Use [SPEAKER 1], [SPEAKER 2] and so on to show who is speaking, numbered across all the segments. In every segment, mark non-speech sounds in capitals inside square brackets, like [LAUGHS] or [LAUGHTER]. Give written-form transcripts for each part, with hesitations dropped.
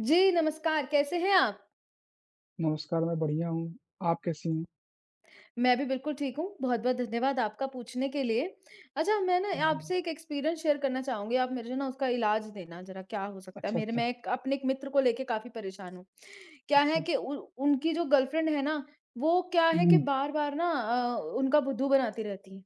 [SPEAKER 1] जी, नमस्कार, कैसे हैं आप?
[SPEAKER 2] नमस्कार, मैं बढ़िया हूँ। आप कैसी हैं?
[SPEAKER 1] मैं भी बिल्कुल ठीक हूँ, बहुत-बहुत धन्यवाद आपका पूछने के लिए। अच्छा, मैं ना
[SPEAKER 2] जी।
[SPEAKER 1] आपसे एक एक्सपीरियंस शेयर करना चाहूँगी, आप मुझे ना उसका इलाज देना ज़रा क्या हो सकता है
[SPEAKER 2] अच्छा,
[SPEAKER 1] मेरे
[SPEAKER 2] अच्छा,
[SPEAKER 1] मैं एक अपने एक मित्र को लेके काफ़ी परेशान हूँ। क्या
[SPEAKER 2] अच्छा।
[SPEAKER 1] है कि उ उनकी जो गर्लफ्रेंड है ना, वो क्या है
[SPEAKER 2] हुँ,
[SPEAKER 1] कि बार-बार ना उनका बुद्धू बनाती रहती है।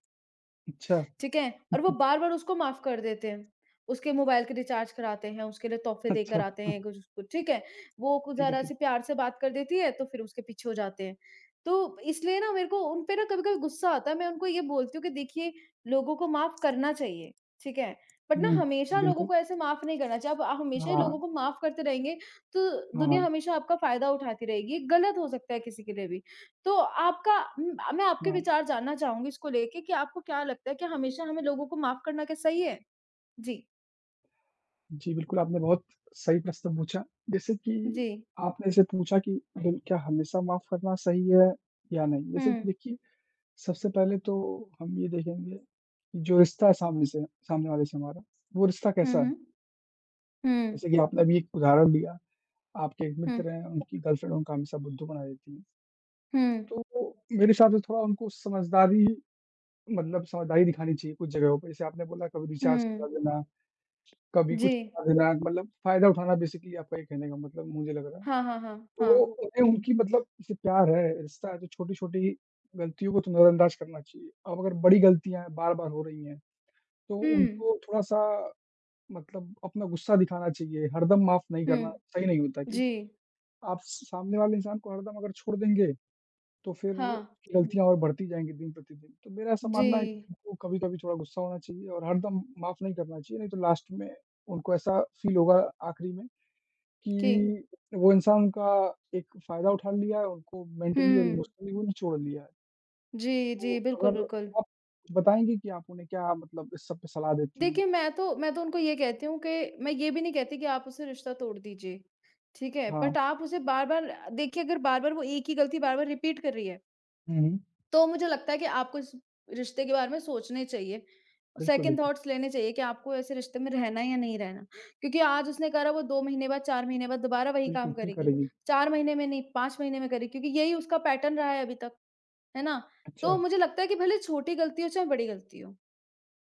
[SPEAKER 2] अच्छा।
[SPEAKER 1] ठीक है?
[SPEAKER 2] [LAUGHS]
[SPEAKER 1] और वो बार-बार उसको माफ़ कर देते हैं। उसके मोबाइल के रिचार्ज कराते हैं, उसके लिए तोहफ़े देकर
[SPEAKER 2] अच्छा,
[SPEAKER 1] आते हैं कुछ उसको ठीक है? वो कुछ
[SPEAKER 2] ठीक है, ठीक
[SPEAKER 1] ज़रा-सी प्यार से बात कर देती है, तो फिर उसके पीछे हो जाते हैं। तो इसलिए ना मेरे को उन पे ना कभी-कभी गुस्सा आता है, मैं उनको ये बोलती हूँ कि देखिए लोगों को माफ़ करना चाहिए, ठीक है? बट ना
[SPEAKER 2] हुँ,
[SPEAKER 1] हमेशा लोगों
[SPEAKER 2] बिल्कुल।
[SPEAKER 1] को ऐसे माफ़ नहीं करना चाहिए। अब आप हमेशा ही लोगों
[SPEAKER 2] हाँ,
[SPEAKER 1] को माफ़ करते रहेंगे, तो दुनिया
[SPEAKER 2] हाँ,
[SPEAKER 1] हमेशा आपका फ़ायदा उठाती रहेगी। गलत हो सकता है किसी के लिए भी। तो आपका म मैं आपके
[SPEAKER 2] हाँ।
[SPEAKER 1] विचार जानना चाहूँगी इसको लेके कि आपको क्या लगता है कि हमेशा हमें लोगों को माफ़ करना क्या सही है? जी,
[SPEAKER 2] जी, बिल्कुल, आपने बहुत सही प्रश्न पूछा। जैसे कि
[SPEAKER 1] जी।
[SPEAKER 2] आपने जैसे पूछा कि दिल क्या हमेशा माफ़ करना सही है या नहीं? जैसे कि
[SPEAKER 1] हुँ,
[SPEAKER 2] देखिए, सबसे पहले तो हम ये देखेंगे, कि जो रिश्ता है सामने से सामने वाले से हमारा, वो रिश्ता
[SPEAKER 1] हुँ,
[SPEAKER 2] कैसा है?
[SPEAKER 1] हुँ। हुँ,
[SPEAKER 2] जैसे कि आपने अभी एक उदाहरण दिया, आपके एक
[SPEAKER 1] हुँ,
[SPEAKER 2] मित्र हैं, उनकी गर्लफ्रेंड उनका हमेशा बुद्धू बना देती है।
[SPEAKER 1] हुँ,
[SPEAKER 2] तो मेरे हिसाब से थोड़ा उनको समझदारी मतलब समझदारी दिखानी चाहिए कुछ जगहों पे। जैसे आपने बोला कभी रिचार्ज करा
[SPEAKER 1] हुँ।
[SPEAKER 2] देना, कभी
[SPEAKER 1] जी।
[SPEAKER 2] कुछ करा देना मतलब फ़ायदा उठाना बेसिकली आपका ये कहने का मतलब मुझे लग रहा है।
[SPEAKER 1] हाँ, हाँ, हाँ,
[SPEAKER 2] तो
[SPEAKER 1] हाँ।
[SPEAKER 2] उन्हें उनकी मतलब जैसे प्यार है, रिश्ता है तो छोटी-छोटी गलतियों को तो नज़रअंदाज करना चाहिए। अब अगर बड़ी गलतियाँ हैं, बार-बार हो रही हैं, तो
[SPEAKER 1] हुँ,
[SPEAKER 2] उनको थोड़ा-सा मतलब अपना गुस्सा दिखाना चाहिए, हरदम माफ़ नहीं
[SPEAKER 1] हुँ।
[SPEAKER 2] करना सही नहीं होता
[SPEAKER 1] जी।
[SPEAKER 2] क्योंकि आप सामने वाले इंसान को हरदम अगर छोड़ देंगे तो फिर
[SPEAKER 1] हाँ,
[SPEAKER 2] उसकी हुँ। गलतियाँ और बढ़ती जाएँगी दिन प्रतिदिन। तो मेरा ऐसा
[SPEAKER 1] जी।
[SPEAKER 2] मानना है कि उनको कभी-कभी थोड़ा गुस्सा होना चाहिए और हरदम माफ़ नहीं करना चाहिए, नहीं तो लास्ट में उनको ऐसा फ़ील होगा आखिरी में
[SPEAKER 1] कि
[SPEAKER 2] कि वो इंसान का एक फ़ायदा उठा लिया है, उनको मेंटली और
[SPEAKER 1] हुँ।
[SPEAKER 2] इमोशनली वो निचोड़ लिया है।
[SPEAKER 1] जी,
[SPEAKER 2] तो
[SPEAKER 1] जी, बिल्कुल,
[SPEAKER 2] अगर
[SPEAKER 1] बिल्कुल।
[SPEAKER 2] आप बताएँगे कि आप उन्हें क्या मतलब इस सब पे सलाह देती हैं?
[SPEAKER 1] देखिए मैं तो उनको ये कहती हूँ कि मैं ये भी नहीं कहती कि आप उससे रिश्ता तोड़ दीजिए, ठीक है?
[SPEAKER 2] हाँ।
[SPEAKER 1] बट आप उसे बार-बार देखिए अगर बार-बार वो एक ही गलती बार-बार रिपीट कर रही है
[SPEAKER 2] हुँ, हुँ।
[SPEAKER 1] तो मुझे लगता है कि आपको इस रिश्ते के बारे में सोचने चाहिए।
[SPEAKER 2] बिल्कुल,
[SPEAKER 1] सेकंड
[SPEAKER 2] बिल्कुल।
[SPEAKER 1] थॉट्स लेने चाहिए कि आपको ऐसे रिश्ते में रहना है या नहीं रहना। क्योंकि आज उसने करा वो 2 महीने बाद, 4 महीने बाद दोबारा वही
[SPEAKER 2] बिल्कुल,
[SPEAKER 1] काम
[SPEAKER 2] फ़ील
[SPEAKER 1] करेगी।
[SPEAKER 2] करेगी।
[SPEAKER 1] 4 महीने में नहीं 5 महीने में करेगी क्योंकि यही उसका पैटर्न रहा है अभी तक, है ना?
[SPEAKER 2] अच्छा,
[SPEAKER 1] तो मुझे लगता है कि भले छोटी गलती हो चाहे बड़ी गलती हो।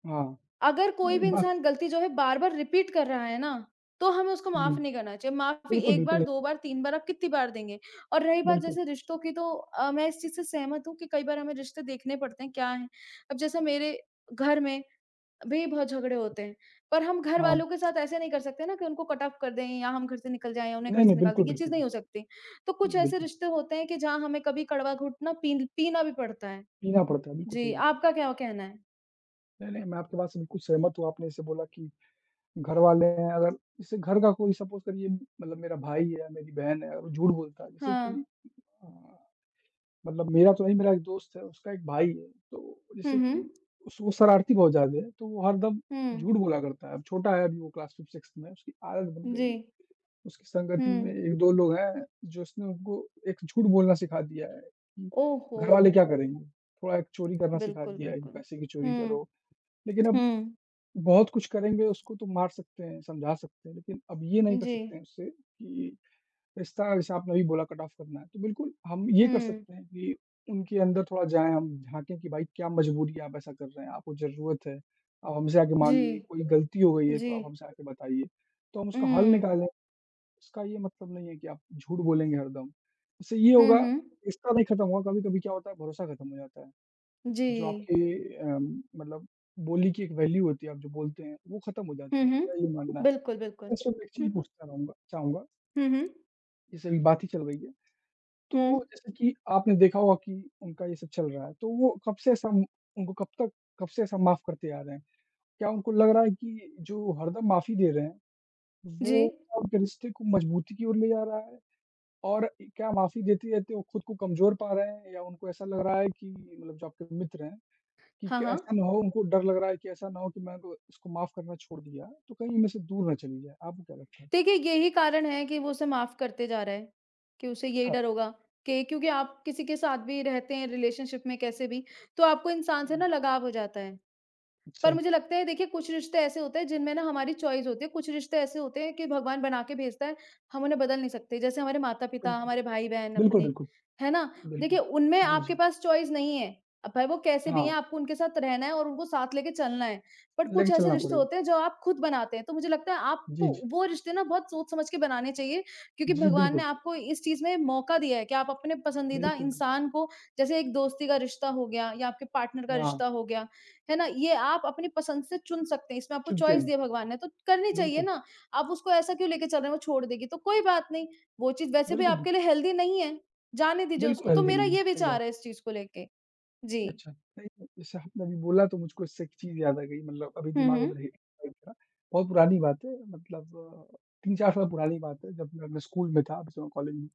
[SPEAKER 2] हाँ।
[SPEAKER 1] अगर कोई भी
[SPEAKER 2] नहीं, बस
[SPEAKER 1] इंसान गलती जो है बार-बार रिपीट कर रहा है ना, तो हमें उसको
[SPEAKER 2] हुँ।
[SPEAKER 1] माफ़ नहीं करना चाहिए। माफ़ी
[SPEAKER 2] बिल्कुल,
[SPEAKER 1] 1 बार,
[SPEAKER 2] बिल्कुल,
[SPEAKER 1] 2 बार, 3 बार आप कितनी बार देंगे? और रही बात
[SPEAKER 2] बिल्कुल।
[SPEAKER 1] जैसे रिश्तों की तो मैं इस चीज़ से सहमत हूँ कि कई बार हमें रिश्ते देखने पड़ते हैं, क्या हैं। अब जैसे मेरे घर में भी बहुत झगड़े होते हैं, पर हम
[SPEAKER 2] हाँ।
[SPEAKER 1] घरवालों के साथ ऐसे नहीं कर सकते ना कि उनको कट ऑफ कर दें या हम घर से निकल जाएँ या उन्हें घर
[SPEAKER 2] नहीं, नहीं,
[SPEAKER 1] से निकाल दें,
[SPEAKER 2] बिल्कुल,
[SPEAKER 1] ये चीज़
[SPEAKER 2] बिल्कुल,
[SPEAKER 1] नहीं हो सकती। तो कुछ ऐसे
[SPEAKER 2] बिल्कुल।
[SPEAKER 1] रिश्ते होते हैं कि जहाँ हमें कभी कड़वा घुटना पीना भी पड़ता है।
[SPEAKER 2] पीना पड़ता है, बिल्कुल सही
[SPEAKER 1] जी,
[SPEAKER 2] बात है।
[SPEAKER 1] आपका क्या कहना है?
[SPEAKER 2] नहीं, नहीं मैं आपकी बात से बिल्कुल सहमत हूँ, आपने जैसे बोला कि घर वाले हैं अगर जैसे घर का कोई सपोज़ करिए मतलब मेरा भाई है, मेरी बहन है और झूठ बोलता है जैसे
[SPEAKER 1] हाँ।
[SPEAKER 2] कि अ, मतलब मेरा तो नहीं मेरा एक दोस्त है, उसका एक भाई है, तो
[SPEAKER 1] हुँ,
[SPEAKER 2] जैसे
[SPEAKER 1] हुँ।
[SPEAKER 2] कि उस वो शरारती बहुत ज़्यादा है, तो वो हरदम
[SPEAKER 1] हुँ।
[SPEAKER 2] झूठ बोला करता है, अब छोटा है अभी वो क्लास 5th-6th में है, उसकी आदत बन गई
[SPEAKER 1] जी,
[SPEAKER 2] है। उसकी संगति
[SPEAKER 1] हुँ।
[SPEAKER 2] में 1-2 लोग हैं जो उसने उनको एक झूठ बोलना सिखा दिया है कि
[SPEAKER 1] ओहो!
[SPEAKER 2] घर वाले क्या करेंगे? थोड़ा एक चोरी करना सिखा
[SPEAKER 1] बिल्कुल,
[SPEAKER 2] दिया है कि
[SPEAKER 1] बिल्कुल।
[SPEAKER 2] पैसे की चोरी
[SPEAKER 1] हुँ,
[SPEAKER 2] करो लेकिन अब
[SPEAKER 1] हुँ,
[SPEAKER 2] बहुत कुछ करेंगे उसको तो मार सकते हैं, समझा सकते हैं, लेकिन अब ये नहीं कर
[SPEAKER 1] जी,
[SPEAKER 2] सकते हैं उससे कि रिश्ता जैसे आपने अभी बोला कट ऑफ करना है, तो बिल्कुल हम ये कर
[SPEAKER 1] हुँ,
[SPEAKER 2] सकते हैं कि उनके अंदर थोड़ा जाएँ हम, झाँकें कि भाई क्या मजबूरी है आप ऐसा कर रहे हैं, आपको ज़रूरत है, आप हमसे आके
[SPEAKER 1] जी,
[SPEAKER 2] माँगिए, कोई गलती हो गई है तो
[SPEAKER 1] जी,
[SPEAKER 2] आप हमसे आके बताइए। तो हम उसका हल
[SPEAKER 1] हुँ,
[SPEAKER 2] निकालें, इसका ये मतलब नहीं है कि आप झूठ बोलेंगे हरदम। इससे ये
[SPEAKER 1] हुँ,
[SPEAKER 2] होगा
[SPEAKER 1] हुँ,
[SPEAKER 2] रिश्ता नहीं खत्म होगा, कभी-कभी क्या होता है भरोसा खत्म हो जाता है।
[SPEAKER 1] जी,
[SPEAKER 2] जो आपकी मतलब बोली की एक वैल्यू होती है, आप जो बोलते हैं, वो ख़त्म हो
[SPEAKER 1] हुँ,
[SPEAKER 2] जाती है,
[SPEAKER 1] हुँ,
[SPEAKER 2] मेरा ये मानना
[SPEAKER 1] बिल्कुल,
[SPEAKER 2] है।
[SPEAKER 1] बिल्कुल।
[SPEAKER 2] इसमें मैं एक चीज़
[SPEAKER 1] हुँ,
[SPEAKER 2] पूछना रहूँगा चाहूँगा,
[SPEAKER 1] हुँ, हुँ,
[SPEAKER 2] जैसे अभी बात ही चल रही है,
[SPEAKER 1] हुँ,
[SPEAKER 2] तो जैसे कि आपने देखा होगा कि उनका ये सब चल रहा है, तो वो कब से ऐसा माफ़ करते आ रहे हैं? क्या उनको लग रहा है कि जो हरदम माफ़ी दे रहे हैं,
[SPEAKER 1] जी,
[SPEAKER 2] वो उनके रिश्ते को मजबूती की ओर ले जा रहा है? और क्या माफ़ी देते-देते वो खुद को कमज़ोर पा रहे हैं या उनको ऐसा लग रहा है कि मतलब जो आपके मित्र हैं कि
[SPEAKER 1] हाँ,
[SPEAKER 2] क
[SPEAKER 1] हाँ।
[SPEAKER 2] ऐसा ना हो उनको डर लग रहा है कि ऐसा ना हो कि मैं को इसको माफ़ करना छोड़ दिया, तो कहीं इनमें से दूर ना चली जाए, आपको क्या लगता है?
[SPEAKER 1] देखिए, यही कारण है कि वो उसे माफ़ करते जा रहा है, कि उसे यही
[SPEAKER 2] अच्छा
[SPEAKER 1] डर होगा कि क्योंकि आप किसी के साथ भी रहते हैं रिलेशनशिप में कैसे भी, तो आपको इंसान से
[SPEAKER 2] हुँ,
[SPEAKER 1] ना लगाव हो जाता है। पर
[SPEAKER 2] अच्छा,
[SPEAKER 1] मुझे लगता है देखिए कुछ रिश्ते ऐसे होते हैं जिनमें ना हमारी चॉइस होती है, कुछ रिश्ते ऐसे होते हैं कि भगवान बना के भेजता है, हम उन्हें बदल नहीं सकते। जैसे हमारे माता-पिता,
[SPEAKER 2] बिल्कुल।
[SPEAKER 1] हमारे भाई-बहन
[SPEAKER 2] बिल्कुल,
[SPEAKER 1] अपने,
[SPEAKER 2] बिल्कुल,
[SPEAKER 1] है ना? देखिए
[SPEAKER 2] बिल्कुल।
[SPEAKER 1] उनमें
[SPEAKER 2] जी,
[SPEAKER 1] आपके
[SPEAKER 2] जी।
[SPEAKER 1] पास चॉइस नहीं है। अब भाई वो कैसे भी
[SPEAKER 2] हाँ,
[SPEAKER 1] हैं आपको उनके साथ रहना है और उनको साथ लेके चलना है। बट कुछ
[SPEAKER 2] लेके
[SPEAKER 1] ऐसे
[SPEAKER 2] चलना
[SPEAKER 1] रिश्ते
[SPEAKER 2] पड़ेगा।
[SPEAKER 1] होते हैं जो आप खुद बनाते हैं। तो मुझे लगता है आपको
[SPEAKER 2] जी, जी।
[SPEAKER 1] वो रिश्ते ना बहुत सोच-समझ के बनाने चाहिए क्योंकि
[SPEAKER 2] जी,
[SPEAKER 1] भगवान
[SPEAKER 2] बिल्कुल।
[SPEAKER 1] ने आपको इस चीज़ में मौका दिया है कि आप अपने पसंदीदा
[SPEAKER 2] बिल्कुल, बिल्कुल।
[SPEAKER 1] इंसान को जैसे एक दोस्ती का रिश्ता हो गया या आपके पार्टनर का
[SPEAKER 2] हाँ,
[SPEAKER 1] रिश्ता हो गया है ना? ये आप अपनी पसंद से चुन सकते हैं, इसमें आपको
[SPEAKER 2] चुभते
[SPEAKER 1] चॉइस
[SPEAKER 2] हैं।
[SPEAKER 1] दिया भगवान ने, तो करनी चाहिए
[SPEAKER 2] बिल्कुल,
[SPEAKER 1] ना। आप उसको ऐसा क्यों लेके चल रहे हैं वो छोड़ देगी, तो कोई बात नहीं, वो चीज़ वैसे भी
[SPEAKER 2] बिल्कुल, बिल्कुल।
[SPEAKER 1] आपके लिए हेल्दी नहीं है, जाने दीजिए
[SPEAKER 2] बिल्कुल
[SPEAKER 1] उसको। तो
[SPEAKER 2] हेल्दी
[SPEAKER 1] मेरा
[SPEAKER 2] नहीं है,
[SPEAKER 1] ये
[SPEAKER 2] सही बात।
[SPEAKER 1] विचार है इस चीज़ को लेके। जी।
[SPEAKER 2] अच्छा, नहीं जैसे आपने अभी बोला तो मुझको इससे एक चीज़ याद आ गई मतलब अभी
[SPEAKER 1] हुँ,
[SPEAKER 2] दिमाग
[SPEAKER 1] हुँ।
[SPEAKER 2] में रही [UNINTELLIGIBLE] बहुत पुरानी बात है मतलब 3-4 साल पुरानी बात है जब मैं अपने स्कूल में था, अभी तो मैं कॉलेज में हूँ।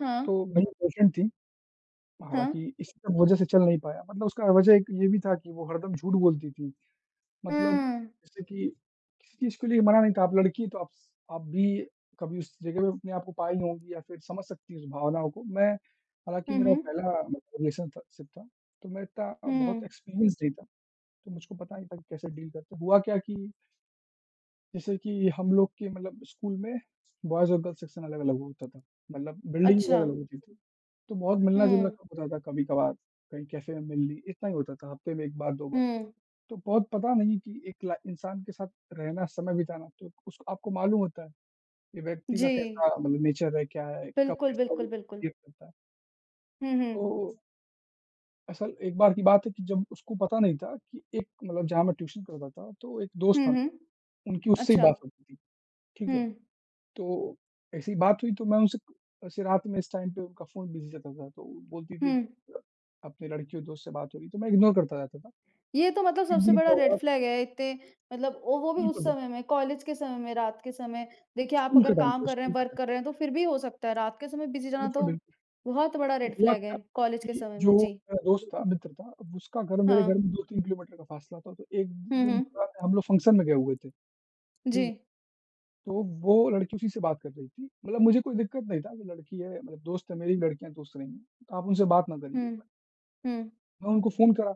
[SPEAKER 1] हाँ,
[SPEAKER 2] तो मेरी गर्लफ्रेंड थी,
[SPEAKER 1] हाँ।
[SPEAKER 2] हालाँकि इसी सब वजह से चल नहीं पाया, मतलब उसका वजह एक ये भी था कि वो हरदम झूठ बोलती थी, मतलब
[SPEAKER 1] हुँ।
[SPEAKER 2] जैसे कि किसी चीज़ के लिए मना नहीं था, आप लड़की हैं तो आप भी कभी उस जगह पे अपने आप को पाई होंगी या फिर समझ सकती हैं उस भावनाओं को। मैं हालाँकि
[SPEAKER 1] हुँ,
[SPEAKER 2] मेरा
[SPEAKER 1] हुँ।
[SPEAKER 2] पहला मतलब रिलेशन था शिप था तो मैं इतना बहुत
[SPEAKER 1] हुँ।
[SPEAKER 2] एक्सपीरियंस नहीं था, तो मुझको पता नहीं था कि कैसे डील करते हैं। हुआ क्या कि जैसे कि हम लोग के मतलब स्कूल में बॉयज़ और गर्ल्स सेक्शन अलग-अलग होता था, मतलब बिल्डिंग
[SPEAKER 1] अच्छा।
[SPEAKER 2] अलग-अलग होती थी। तो बहुत मिलना-जुलना
[SPEAKER 1] हुँ,
[SPEAKER 2] कम होता था, कभी-कभार कहीं कैफ़े में मिल ली, इतना ही होता था हफ़्ते में 1 बार, 2 बार।
[SPEAKER 1] हुँ।
[SPEAKER 2] तो बहुत पता नहीं कि एक ला इंसान के साथ रहना, समय बिताना तो उसको आपको मालूम होता है कि व्यक्ति का
[SPEAKER 1] जी।
[SPEAKER 2] कैसा मतलब नेचर है, क्या है, कब
[SPEAKER 1] बिल्कुल,
[SPEAKER 2] कैसा वो
[SPEAKER 1] बिल्कुल, बिल्कुल।
[SPEAKER 2] बिहेव करता है।
[SPEAKER 1] हुँ, हुँ।
[SPEAKER 2] तो असल एक बार की बात है कि जब उसको पता नहीं था कि एक मतलब जहाँ मैं ट्यूशन करता था, तो एक दोस्त
[SPEAKER 1] हुँ,
[SPEAKER 2] था,
[SPEAKER 1] हुँ।
[SPEAKER 2] उनकी उससे ही
[SPEAKER 1] अच्छा।
[SPEAKER 2] बात होती थी, ठीक
[SPEAKER 1] हुँ,
[SPEAKER 2] है? तो ऐसी बात हुई तो मैं उनसे ऐसे रात में इस टाइम पे उनका फ़ोन बिज़ी रहता था, तो वो बोलती
[SPEAKER 1] हुँ।
[SPEAKER 2] थी अ, अपने लड़कियों दोस्त से बात हो रही, तो मैं इग्नोर करता रहता था।
[SPEAKER 1] ये तो मतलब
[SPEAKER 2] एक
[SPEAKER 1] सबसे
[SPEAKER 2] दिन
[SPEAKER 1] बड़ा
[SPEAKER 2] क्या
[SPEAKER 1] रेड
[SPEAKER 2] हुआ
[SPEAKER 1] फ्लैग
[SPEAKER 2] कि
[SPEAKER 1] है इतने मतलब ओ वो भी
[SPEAKER 2] बिल्कुल,
[SPEAKER 1] उस
[SPEAKER 2] बिल्कुल,
[SPEAKER 1] समय में कॉलेज के समय में रात के समय देखिए आप
[SPEAKER 2] स्कूल का
[SPEAKER 1] अगर
[SPEAKER 2] टाइम
[SPEAKER 1] काम
[SPEAKER 2] था,
[SPEAKER 1] कर रहे हैं
[SPEAKER 2] स्कूल का
[SPEAKER 1] वर्क
[SPEAKER 2] टाइम।
[SPEAKER 1] कर रहे हैं तो फिर भी हो सकता है रात के समय बिजी जाना
[SPEAKER 2] बिल्कुल,
[SPEAKER 1] तो
[SPEAKER 2] बिल्कुल।
[SPEAKER 1] बहुत बड़ा
[SPEAKER 2] तो
[SPEAKER 1] रेड
[SPEAKER 2] हुआ
[SPEAKER 1] फ्लैग
[SPEAKER 2] क्या
[SPEAKER 1] है कॉलेज के
[SPEAKER 2] कि
[SPEAKER 1] समय
[SPEAKER 2] जो
[SPEAKER 1] में जी
[SPEAKER 2] मेरा दोस्त था, मित्र था, अब उसका घर मेरे घर
[SPEAKER 1] हाँ
[SPEAKER 2] में 2-3 किलोमीटर का फ़ासला था, तो एक
[SPEAKER 1] हुँ,
[SPEAKER 2] दिन
[SPEAKER 1] हुँ,
[SPEAKER 2] क्या है, हम लोग फंक्शन में गए हुए थे, ठीक
[SPEAKER 1] जी
[SPEAKER 2] है? तो वो लड़की उसी से बात कर रही थी, मतलब मुझे कोई दिक्कत नहीं था, वो लड़की है, मतलब दोस्त है, मेरी भी लड़कियाँ दोस्त रही हैं, तो आप उनसे बात ना करिए।
[SPEAKER 1] हुँ, हुँ,
[SPEAKER 2] मैं उनको फ़ोन करा,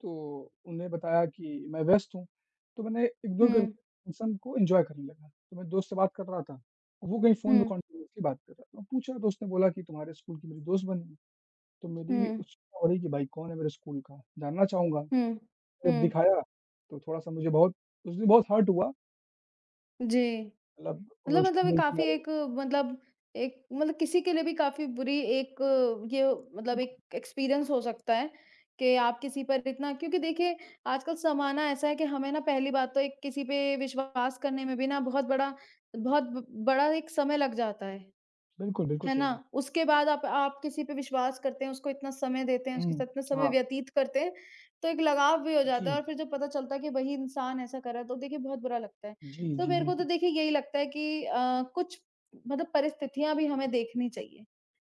[SPEAKER 2] तो उन्हें बताया कि मैं व्यस्त हूँ, तो मैंने इग्नोर करके
[SPEAKER 1] हुँ,
[SPEAKER 2] फंक्शन को एन्जॉय करने लगा। तो मैं दोस्त से बात कर रहा था, वो कहीं फ़ोन में
[SPEAKER 1] हुँ,
[SPEAKER 2] कॉन्टिन्यूअसली बात कर रहा था। पूछा दोस्त ने बोला कि तुम्हारे स्कूल की मेरी दोस्त बनी है, तो मेरी भी
[SPEAKER 1] हुँ,
[SPEAKER 2] उत्सुकता हो रही कि भाई कौन है मेरे स्कूल का, जानना चाहूँगा।
[SPEAKER 1] हुँ,
[SPEAKER 2] जब
[SPEAKER 1] हुँ,
[SPEAKER 2] दिखाया तो थोड़ा-सा मुझे बहुत उस दिन बहुत हर्ट हुआ,
[SPEAKER 1] जी।
[SPEAKER 2] मतलब
[SPEAKER 1] मतलब
[SPEAKER 2] झूठ
[SPEAKER 1] मतलब ये
[SPEAKER 2] बोल के
[SPEAKER 1] काफ़ी
[SPEAKER 2] आ रही है।
[SPEAKER 1] मतलब एक मतलब किसी के लिए भी काफ़ी बुरी एक ये मतलब
[SPEAKER 2] बिल्कुल,
[SPEAKER 1] एक एक्सपीरियंस हो सकता है कि आप किसी पर इतना क्योंकि देखिए आजकल ज़माना ऐसा है कि हमें ना पहली बात तो एक किसी पे विश्वास करने में भी ना बहुत बड़ा बड़ा एक समय लग जाता
[SPEAKER 2] बिल्कुल, बिल्कुल
[SPEAKER 1] है
[SPEAKER 2] सही
[SPEAKER 1] ना?
[SPEAKER 2] बात।
[SPEAKER 1] उसके बाद आप किसी पे विश्वास करते हैं, उसको इतना समय देते हैं, उसके
[SPEAKER 2] हुँ,
[SPEAKER 1] साथ इतना समय
[SPEAKER 2] हाँ,
[SPEAKER 1] व्यतीत करते हैं, तो एक लगाव भी हो जाता है
[SPEAKER 2] जी,
[SPEAKER 1] और फिर जब पता चलता है कि वही इंसान ऐसा कर रहा है, तो देखिए बहुत बुरा लगता है।
[SPEAKER 2] जी,
[SPEAKER 1] तो
[SPEAKER 2] जी,
[SPEAKER 1] मेरे को तो
[SPEAKER 2] बिल्कुल।
[SPEAKER 1] देखिए यही लगता है कि कुछ मतलब परिस्थितियाँ भी हमें देखनी चाहिए।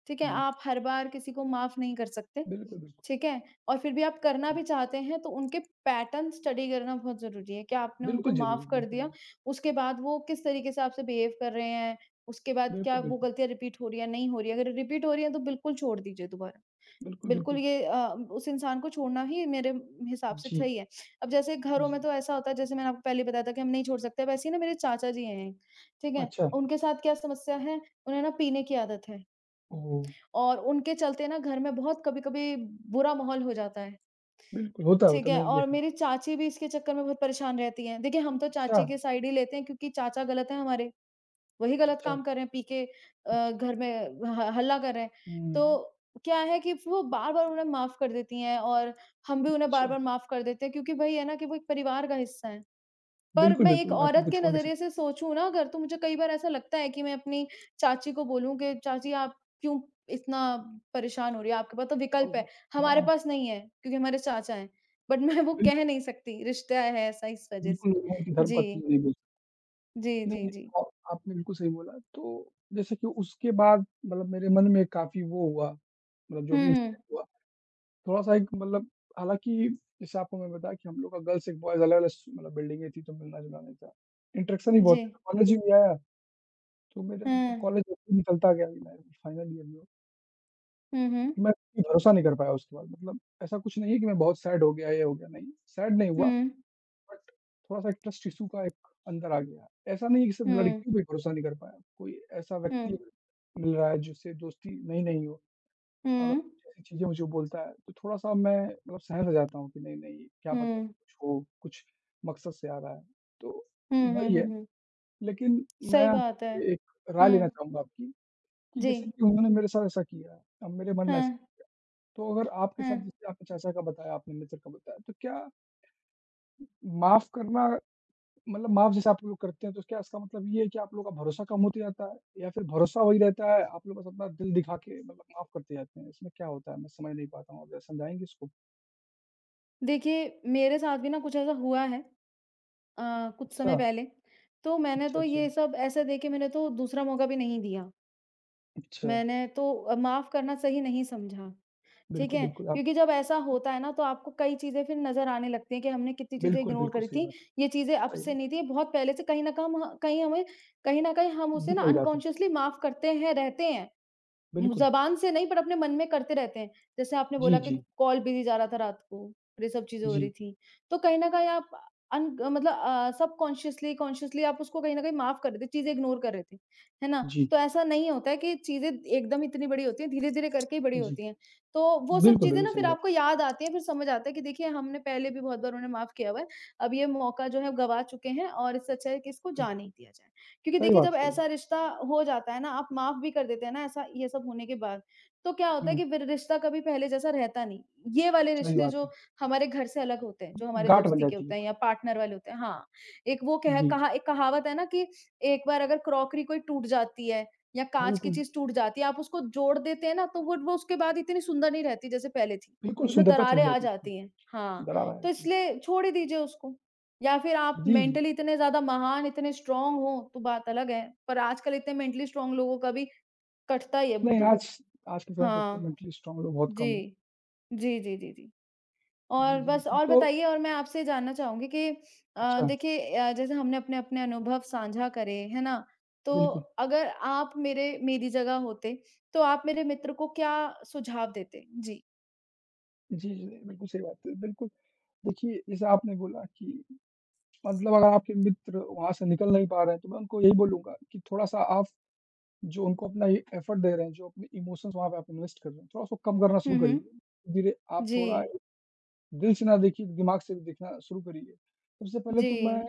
[SPEAKER 1] ठीक है?
[SPEAKER 2] हुँ,
[SPEAKER 1] आप हर बार किसी को माफ़ नहीं कर सकते,
[SPEAKER 2] बिल्कुल, बिल्कुल,
[SPEAKER 1] ठीक है? और फिर भी आप करना
[SPEAKER 2] बिल्कुल,
[SPEAKER 1] भी चाहते हैं तो उनके पैटर्न स्टडी करना बहुत ज़रूरी है कि आपने उनको
[SPEAKER 2] बिल्कुल ज़रूरी,
[SPEAKER 1] माफ़ कर
[SPEAKER 2] बिल्कुल,
[SPEAKER 1] दिया, उसके बाद वो किस तरीके से आपसे बिहेव कर रहे हैं, उसके बाद क्या
[SPEAKER 2] बिल्कुल,
[SPEAKER 1] वो
[SPEAKER 2] बिल्कुल।
[SPEAKER 1] गलतियाँ रिपीट हो रही है, नहीं हो रही है। अगर रिपीट हो रही है तो बिल्कुल छोड़ दीजिए दोबारा।
[SPEAKER 2] बिल्कुल,
[SPEAKER 1] बिल्कुल
[SPEAKER 2] बिल्कुल।
[SPEAKER 1] ये उस इंसान को छोड़ना ही मेरे हिसाब से
[SPEAKER 2] जी,
[SPEAKER 1] सही है। अब जैसे घरों में
[SPEAKER 2] जी।
[SPEAKER 1] तो ऐसा होता है जैसे मैंने आपको पहले बताया था कि हम नहीं छोड़ सकते, वैसे ही ना मेरे चाचा जी हैं, ठीक है?
[SPEAKER 2] अच्छा,
[SPEAKER 1] उनके साथ क्या समस्या है, उन्हें ना पीने की आदत है।
[SPEAKER 2] ओह!
[SPEAKER 1] और उनके चलते ना घर में बहुत कभी-कभी बुरा माहौल हो जाता है,
[SPEAKER 2] बिल्कुल, होता
[SPEAKER 1] ठीक
[SPEAKER 2] है,
[SPEAKER 1] है?
[SPEAKER 2] मैंने
[SPEAKER 1] और
[SPEAKER 2] देखा।
[SPEAKER 1] मेरी चाची भी इसके चक्कर में बहुत परेशान रहती हैं। देखिए, हम तो
[SPEAKER 2] अच्छा,
[SPEAKER 1] चाची के साइड ही लेते हैं क्योंकि चाचा गलत है हमारे, वही गलत
[SPEAKER 2] अच्छा।
[SPEAKER 1] काम कर रहे हैं, पी के घर में ह हल्ला कर रहे हैं।
[SPEAKER 2] हुँ,
[SPEAKER 1] तो क्या है कि वो बार-बार उन्हें माफ़ कर देती हैं और हम भी उन्हें
[SPEAKER 2] अच्छा।
[SPEAKER 1] बार-बार माफ़ कर देते हैं क्योंकि वही है ना कि वो एक परिवार का हिस्सा है। पर
[SPEAKER 2] बिल्कुल,
[SPEAKER 1] मैं एक
[SPEAKER 2] बिल्कुल, आप
[SPEAKER 1] औरत
[SPEAKER 2] उनको
[SPEAKER 1] के
[SPEAKER 2] छोड़ नहीं
[SPEAKER 1] नज़रिए
[SPEAKER 2] सकते।
[SPEAKER 1] से सोचूँ ना अगर, तो मुझे कई बार ऐसा लगता है कि मैं अपनी चाची को बोलूँ कि चाची आप क्यों इतना परेशान हो रही है? आपके पास तो
[SPEAKER 2] अउ
[SPEAKER 1] विकल्प है, हमारे
[SPEAKER 2] हाँ,
[SPEAKER 1] पास नहीं है क्योंकि हमारे चाचा हैं। बट मैं वो
[SPEAKER 2] बिल्कुल,
[SPEAKER 1] कह नहीं सकती, रिश्ता है ऐसा इस वज़ह
[SPEAKER 2] बिल्कुल
[SPEAKER 1] से।
[SPEAKER 2] लोगों की
[SPEAKER 1] जी,
[SPEAKER 2] धर्मपत्नी नहीं बोल सकते।
[SPEAKER 1] जी,
[SPEAKER 2] नहीं,
[SPEAKER 1] जी,
[SPEAKER 2] नहीं,
[SPEAKER 1] जी।
[SPEAKER 2] आप आपने बिल्कुल सही बोला। तो जैसे कि उसके बाद मतलब मेरे मन में काफ़ी वो हुआ, मतलब जो
[SPEAKER 1] हुँ,
[SPEAKER 2] भी
[SPEAKER 1] हुँ।
[SPEAKER 2] इंसिडेंट हुआ, थोड़ा-सा एक मतलब हालाँकि जैसे आपको मैंने बताया कि हम लोग का गर्ल्स एक बॉयज़ अलग-अलग स मतलब बिल्डिंगें थी, तो मिलना-जुलना नहीं था। इंटरेक्शन ही
[SPEAKER 1] जी।
[SPEAKER 2] बहुत था। कॉलेज ही में आया तो मेरे मतलब
[SPEAKER 1] हुँ।
[SPEAKER 2] कॉलेज ऐसे ही निकलता गया लाइफ फाइनल ईयर में
[SPEAKER 1] हुँ,
[SPEAKER 2] कि
[SPEAKER 1] हुँ।
[SPEAKER 2] मैं कोई भरोसा नहीं कर पाया उसके बाद मतलब ऐसा कुछ नहीं है कि मैं बहुत सैड हो गया, ये हो गया, नहीं, सैड नहीं हुआ
[SPEAKER 1] हुँ,
[SPEAKER 2] बट थोड़ा-सा एक ट्रस्ट इश्यू का एक अंदर आ गया। ऐसा नहीं है कि सिर्फ
[SPEAKER 1] हुँ,
[SPEAKER 2] लड़कियों पे भरोसा नहीं कर पाया, कोई ऐसा
[SPEAKER 1] हुँ,
[SPEAKER 2] व्यक्ति मिल रहा है जिससे दोस्ती नई-नई हो, अगर
[SPEAKER 1] हुँ,
[SPEAKER 2] कुछ ऐसी चीज़ें मुझे बोलता है तो थोड़ा-सा मैं मतलब सहम सा जाता हूँ कि नहीं, नहीं क्या पता
[SPEAKER 1] हुँ,
[SPEAKER 2] कुछ हो, कुछ मकसद से आ रहा है। तो
[SPEAKER 1] हुँ, हुँ,
[SPEAKER 2] वही
[SPEAKER 1] हुँ,
[SPEAKER 2] है,
[SPEAKER 1] हुँ।
[SPEAKER 2] लेकिन मैं
[SPEAKER 1] सही बात है।
[SPEAKER 2] आपसे एक राय लेना
[SPEAKER 1] हुँ,
[SPEAKER 2] चाहूँगा आपकी कि
[SPEAKER 1] जी।
[SPEAKER 2] जैसे कि उन्होंने मेरे साथ ऐसा किया, अब मेरे मन में ऐसा
[SPEAKER 1] हाँ,
[SPEAKER 2] तो अगर आपके साथ
[SPEAKER 1] हाँ।
[SPEAKER 2] जैसे आपके चाचा का बताया, आपने मित्र का बताया, तो क्या माफ़ करना मतलब माफ़ जैसे आप लोग करते हैं, तो क्या इसका मतलब ये है कि आप लोगों का भरोसा कम होते जाता है या फिर भरोसा वही रहता है, आप लोग बस अपना दिल दिखा के मतलब माफ़ करते जाते हैं? इसमें क्या होता है? मैं समझ नहीं पाता हूँ, आप ज़रा समझाएँगे इसको?
[SPEAKER 1] देखिए, मेरे साथ भी ना कुछ ऐसा हुआ है कुछ
[SPEAKER 2] अच्छा,
[SPEAKER 1] समय पहले। तो मैंने
[SPEAKER 2] अच्छा,
[SPEAKER 1] तो
[SPEAKER 2] अच्छा,
[SPEAKER 1] ये सब ऐसे देख के मैंने तो दूसरा मौका भी नहीं दिया।
[SPEAKER 2] अच्छा।
[SPEAKER 1] मैंने तो माफ़ करना सही नहीं समझा, ठीक
[SPEAKER 2] बिल्कुल,
[SPEAKER 1] है?
[SPEAKER 2] बिल्कुल, आप
[SPEAKER 1] क्योंकि जब ऐसा होता है ना तो आपको कई चीज़ें फिर नज़र आने लगती हैं कि हमने कितनी चीज़ें
[SPEAKER 2] बिल्कुल,
[SPEAKER 1] इग्नोर
[SPEAKER 2] बिल्कुल
[SPEAKER 1] करी
[SPEAKER 2] सही
[SPEAKER 1] थी,
[SPEAKER 2] बात है,
[SPEAKER 1] ये चीज़ें अब
[SPEAKER 2] सही
[SPEAKER 1] से
[SPEAKER 2] बात
[SPEAKER 1] नहीं थी, ये बहुत पहले से कहीं हमें कहीं न कहीं हम
[SPEAKER 2] है।
[SPEAKER 1] उसे
[SPEAKER 2] दिख
[SPEAKER 1] ना
[SPEAKER 2] नहीं रहा था।
[SPEAKER 1] अनकॉन्शियसली माफ़ करते हैं, रहते हैं। मुँह
[SPEAKER 2] बिल्कुल।
[SPEAKER 1] ज़बान से नहीं पर अपने मन में करते रहते हैं। जैसे आपने
[SPEAKER 2] जी,
[SPEAKER 1] बोला कि
[SPEAKER 2] जी,
[SPEAKER 1] कॉल बिज़ी जा रहा था रात को, ये सब चीज़ें हो रही
[SPEAKER 2] जी,
[SPEAKER 1] थी। तो कहीं न कहीं आप सबकॉन्शियसली कॉन्शियसली आप उसको कहीं न कहीं माफ़ कर रहे थे, चीज़ें इग्नोर कर रहे थे। है ना?
[SPEAKER 2] जी,
[SPEAKER 1] तो ऐसा नहीं होता है कि चीज़ें एकदम इतनी बड़ी होती हैं, धीरे-धीरे करके ही बड़ी
[SPEAKER 2] जी।
[SPEAKER 1] होती हैं। तो वो सब
[SPEAKER 2] बिल्कुल,
[SPEAKER 1] चीज़ें
[SPEAKER 2] बिल्कुल
[SPEAKER 1] ना
[SPEAKER 2] सही
[SPEAKER 1] फिर
[SPEAKER 2] बात है।
[SPEAKER 1] आपको याद आती हैं, फिर समझ आता है कि देखिए हमने पहले भी बहुत बार उन्हें माफ़ किया हुआ है। अब ये मौका जो है गँवा चुके हैं और इससे अच्छा है कि इसको
[SPEAKER 2] बिल्कुल,
[SPEAKER 1] जाने ही दिया जाए। क्योंकि
[SPEAKER 2] सही
[SPEAKER 1] देखिए
[SPEAKER 2] बात है,
[SPEAKER 1] जब
[SPEAKER 2] सही बात।
[SPEAKER 1] ऐसा रिश्ता हो जाता है ना, आप माफ़ भी कर देते हैं ना ऐसा ये सब होने के बाद, तो क्या होता है
[SPEAKER 2] हुँ।
[SPEAKER 1] कि फिर रिश्ता कभी पहले जैसा रहता नहीं। ये वाले
[SPEAKER 2] सही
[SPEAKER 1] रिश्ते
[SPEAKER 2] बात है।
[SPEAKER 1] जो हमारे घर से अलग होते हैं, जो हमारे
[SPEAKER 2] गाँठ बन
[SPEAKER 1] दोस्ती के
[SPEAKER 2] जाती है।
[SPEAKER 1] होते हैं या पार्टनर वाले होते हैं हाँ, एक वो कह
[SPEAKER 2] जी, जी।
[SPEAKER 1] कहा एक कहावत है ना कि एक बार अगर क्रॉकरी कोई टूट जाती है या काँच की
[SPEAKER 2] बिल्कुल,
[SPEAKER 1] चीज़ टूट जाती है, आप उसको जोड़ देते हैं ना तो वो उसके बाद इतनी सुंदर नहीं रहती जैसे पहले थी।
[SPEAKER 2] बिल्कुल
[SPEAKER 1] उसमें
[SPEAKER 2] सुंदरता
[SPEAKER 1] दरारें
[SPEAKER 2] चली
[SPEAKER 1] आ
[SPEAKER 2] जाती है उसकी,
[SPEAKER 1] जाती हैं। हाँ,
[SPEAKER 2] दरार आ
[SPEAKER 1] तो
[SPEAKER 2] जाती है।
[SPEAKER 1] इसलिए छोड़ ही दीजिए उसको। या फिर आप
[SPEAKER 2] जी, जी।
[SPEAKER 1] मेंटली इतने ज़्यादा महान, इतने स्ट्रॉन्ग हो, तो बात अलग है, पर आजकल इतने मेंटली स्ट्रॉन्ग लोगों का भी कटता ही है
[SPEAKER 2] नहीं
[SPEAKER 1] बुद्धू।
[SPEAKER 2] आज आज के समय पे इतने
[SPEAKER 1] हाँ,
[SPEAKER 2] मेंटली स्ट्रॉन्ग लोग बहुत कम हैं।
[SPEAKER 1] जी। जी, जी, जी, जी।
[SPEAKER 2] जी,
[SPEAKER 1] और
[SPEAKER 2] जी,
[SPEAKER 1] बस
[SPEAKER 2] बिल्कुल।
[SPEAKER 1] और
[SPEAKER 2] तो
[SPEAKER 1] बताइए और मैं आपसे जानना चाहूँगी कि
[SPEAKER 2] अच्छा,
[SPEAKER 1] देखिए जैसे हमने अपने-अपने अनुभव साझा करे, है ना? तो
[SPEAKER 2] बिल्कुल।
[SPEAKER 1] अगर आप मेरे मेरी जगह होते, तो आप मेरे मित्र को क्या सुझाव देते? जी।
[SPEAKER 2] जी, जी, बिल्कुल सही बात है। बिल्कुल, देखिए जैसे आपने बोला कि मतलब अगर आपके मित्र वहाँ से निकल नहीं पा रहे हैं, तो मैं उनको यही बोलूँगा कि थोड़ा-सा आप जो उनको अपना ये एफर्ट दे रहे हैं, जो अपने इमोशंस वहाँ पे आप इन्वेस्ट कर रहे हैं, थोड़ा उसको कम करना शुरू
[SPEAKER 1] हुँ, हुँ।
[SPEAKER 2] करिए। धीरे आप थोड़ा
[SPEAKER 1] जी,
[SPEAKER 2] दिल से ना देखिए, दिमाग से देखना शुरू करिए। सबसे पहले
[SPEAKER 1] जी,
[SPEAKER 2] तो मैं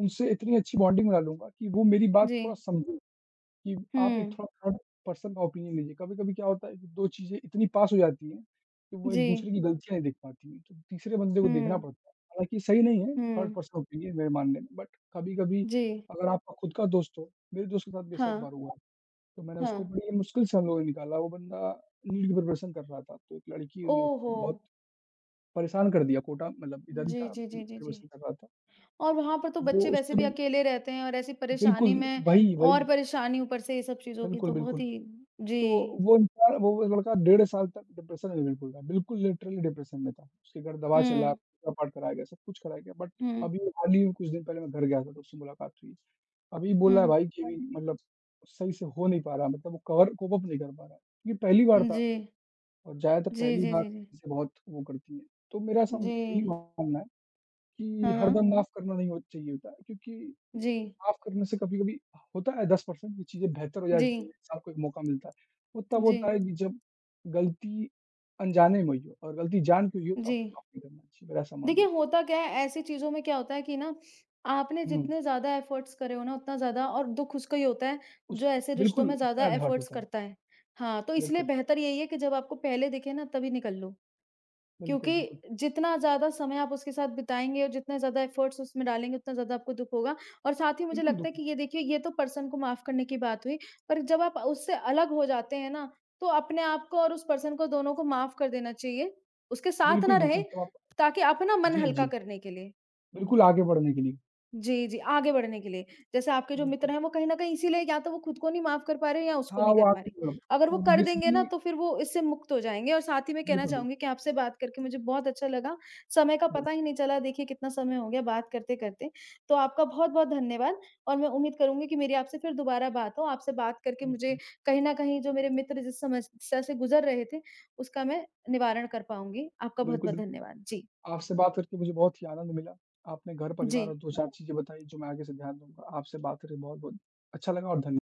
[SPEAKER 2] उनसे इतनी अच्छी बॉन्डिंग बना लूँगा कि वो मेरी बात
[SPEAKER 1] जी।
[SPEAKER 2] थोड़ा समझें कि आप एक
[SPEAKER 1] हुँ।
[SPEAKER 2] थोड़ा थर्ड पर्सन का ओपिनियन लीजिए। कभी-कभी क्या होता है कि 2 चीज़ें इतनी पास हो जाती हैं कि वो
[SPEAKER 1] जी।
[SPEAKER 2] एक-दूसरे की गलतियाँ नहीं देख पाती हैं, तो तीसरे बंदे को देखना
[SPEAKER 1] हुँ,
[SPEAKER 2] पड़ता है। हालाँकि सही नहीं है थर्ड
[SPEAKER 1] हुँ।
[SPEAKER 2] पर्सन ओपिनियन मेरे मानने में, बट कभी-कभी
[SPEAKER 1] जी।
[SPEAKER 2] अगर आपका खुद का दोस्त हो मेरे दोस्त के साथ भी ऐसा एक
[SPEAKER 1] हाँ,
[SPEAKER 2] बार हुआ, तो मैंने
[SPEAKER 1] हाँ।
[SPEAKER 2] उसको बड़ी मुश्किल से हम लोगों ने निकाला। वो बंदा नीट की प्रिपरेशन कर रहा था, तो एक लड़की ने उसको
[SPEAKER 1] ओहो!
[SPEAKER 2] बहुत परेशान कर दिया कोटा मतलब इधर ही
[SPEAKER 1] जी,
[SPEAKER 2] था
[SPEAKER 1] जी, जी, जी, जी।
[SPEAKER 2] ग्रेजुएशन कर रहा था।
[SPEAKER 1] और वहाँ पर तो
[SPEAKER 2] वो
[SPEAKER 1] बच्चे वैसे
[SPEAKER 2] उससे
[SPEAKER 1] भी
[SPEAKER 2] भी
[SPEAKER 1] अकेले रहते हैं और ऐसी
[SPEAKER 2] बिल्कुल,
[SPEAKER 1] परेशानी में
[SPEAKER 2] वही,
[SPEAKER 1] और
[SPEAKER 2] वही।
[SPEAKER 1] परेशानी ऊपर से ये सब चीज़ों की
[SPEAKER 2] बिल्कुल,
[SPEAKER 1] तो बहुत
[SPEAKER 2] बिल्कुल।
[SPEAKER 1] ही
[SPEAKER 2] तो
[SPEAKER 1] जी।
[SPEAKER 2] वो इंसान वो लड़का डेढ़ साल तक डिप्रेशन में बिल्कुल था, बिल्कुल लिटरली डिप्रेशन में था। उसके घर दवा चला,
[SPEAKER 1] हुँ,
[SPEAKER 2] पूजा-पाठ कराया गया, सब कुछ कराया गया बट
[SPEAKER 1] हुँ,
[SPEAKER 2] अभी हाल ही में कुछ दिन पहले मैं घर गया था तो उससे मुलाकात हुई। अभी बोल रहा है
[SPEAKER 1] हुँ।
[SPEAKER 2] भाई कि हाँ अभी जी। मतलब सही से हो नहीं पा रहा मतलब वो कवर कोप अप नहीं कर पा रहा है। ये पहली बार था
[SPEAKER 1] जी,
[SPEAKER 2] और ज़्यादातर
[SPEAKER 1] जी,
[SPEAKER 2] पहली हुँ।
[SPEAKER 1] जी,
[SPEAKER 2] बार
[SPEAKER 1] जी, जी।
[SPEAKER 2] चीज़ें बहुत वो करती हैं। तो मेरा सम
[SPEAKER 1] जी।
[SPEAKER 2] यही मानना है कि
[SPEAKER 1] हाँ, हाँ।
[SPEAKER 2] हरदम माफ़ करना नहीं हो चाहिए होता है, क्योंकि
[SPEAKER 1] जी,
[SPEAKER 2] माफ़ करने से कभी-कभी होता है 10% ये चीज़ें बेहतर हो जाती हैं,
[SPEAKER 1] जी,
[SPEAKER 2] इंसान को एक मौका मिलता है। वो तब
[SPEAKER 1] जी,
[SPEAKER 2] होता है कि जब गलती अनजाने में हुई हो और गलती जान के हुई हो तो
[SPEAKER 1] जी।
[SPEAKER 2] आपको माफ़ नहीं करना चाहिए, मेरा ऐसा
[SPEAKER 1] देखिए,
[SPEAKER 2] मानना है।
[SPEAKER 1] होता क्या है, ऐसी चीज़ों में क्या होता है कि ना, आपने
[SPEAKER 2] हुँ,
[SPEAKER 1] जितने ज़्यादा एफ़र्ट्स करे हो ना, उतना ज़्यादा और दुःख उसको ही होता है,
[SPEAKER 2] उस
[SPEAKER 1] जो ऐसे रिश्तों
[SPEAKER 2] बिल्कुल,
[SPEAKER 1] में
[SPEAKER 2] उतना
[SPEAKER 1] ज़्यादा
[SPEAKER 2] एडहर्ट
[SPEAKER 1] एफ़र्ट्स
[SPEAKER 2] होता है।
[SPEAKER 1] करता है। हाँ, तो इसलिए
[SPEAKER 2] बिल्कुल,
[SPEAKER 1] बेहतर यही है कि जब आपको पहले दिखे ना, तभी निकल लो।
[SPEAKER 2] बिल्कुल, बिल्कुल।
[SPEAKER 1] क्योंकि जितना ज़्यादा समय आप उसके साथ बिताएँगे और जितने ज़्यादा एफ़र्ट्स उसमें डालेंगे, उतना ज़्यादा आपको दुःख होगा और साथ ही मुझे
[SPEAKER 2] बिल्कुल,
[SPEAKER 1] लगता है
[SPEAKER 2] बिल्कुल।
[SPEAKER 1] कि ये देखिए, ये तो पर्सन को माफ़ करने की बात हुई, पर जब आप उससे अलग हो जाते हैं ना, तो अपने आप को और उस पर्सन को दोनों को माफ़ कर देना चाहिए, उसके साथ
[SPEAKER 2] बिल्कुल,
[SPEAKER 1] ना
[SPEAKER 2] बिल्कुल,
[SPEAKER 1] रहें,
[SPEAKER 2] तो आप
[SPEAKER 1] ताकि अपना मन
[SPEAKER 2] जी,
[SPEAKER 1] हल्का
[SPEAKER 2] जी,
[SPEAKER 1] करने के लिए।
[SPEAKER 2] बिल्कुल आगे बढ़ने के लिए,
[SPEAKER 1] जी, जी, आगे बढ़ने के लिए। जैसे आपके जो मित्र
[SPEAKER 2] बिल्कुल।
[SPEAKER 1] हैं वो कहीं न कहीं इसीलिए या तो वो खुद को नहीं माफ़ कर पा रहे हैं या उसको
[SPEAKER 2] हाँ,
[SPEAKER 1] नहीं
[SPEAKER 2] वो
[SPEAKER 1] कर पा
[SPEAKER 2] आगे
[SPEAKER 1] रहे।
[SPEAKER 2] बढ़
[SPEAKER 1] अगर वो
[SPEAKER 2] वो
[SPEAKER 1] कर देंगे ना
[SPEAKER 2] बेसिकली
[SPEAKER 1] तो फिर वो इससे मुक्त हो जाएँगे और साथ ही मैं कहना
[SPEAKER 2] बिल्कुल, बिल्कुल,
[SPEAKER 1] चाहूँगी कि आपसे बात करके मुझे बहुत अच्छा लगा। समय का पता
[SPEAKER 2] बिल्कुल,
[SPEAKER 1] ही नहीं चला देखिए कितना समय हो गया बात करते-करते। तो आपका बहुत-बहुत धन्यवाद और मैं उम्मीद करूँगी कि मेरी आपसे फिर दोबारा बात हो। आपसे बात करके मुझे कहीं न कहीं जो मेरे मित्र जिस समस्या से गुज़र रहे थे उसका मैं निवारण कर पाऊँगी। आपका
[SPEAKER 2] बिल्कुल,
[SPEAKER 1] बहुत-बहुत
[SPEAKER 2] बिल्कुल।
[SPEAKER 1] धन्यवाद। जी,
[SPEAKER 2] आपसे बात करके मुझे बहुत ही आनंद मिला। आपने घर,
[SPEAKER 1] जी।
[SPEAKER 2] परिवार और 2-4 चीज़ें बताई जो मैं आगे से ध्यान दूँगा। आपसे बात करके बहुत-बहुत अच्छा लगा और धन्य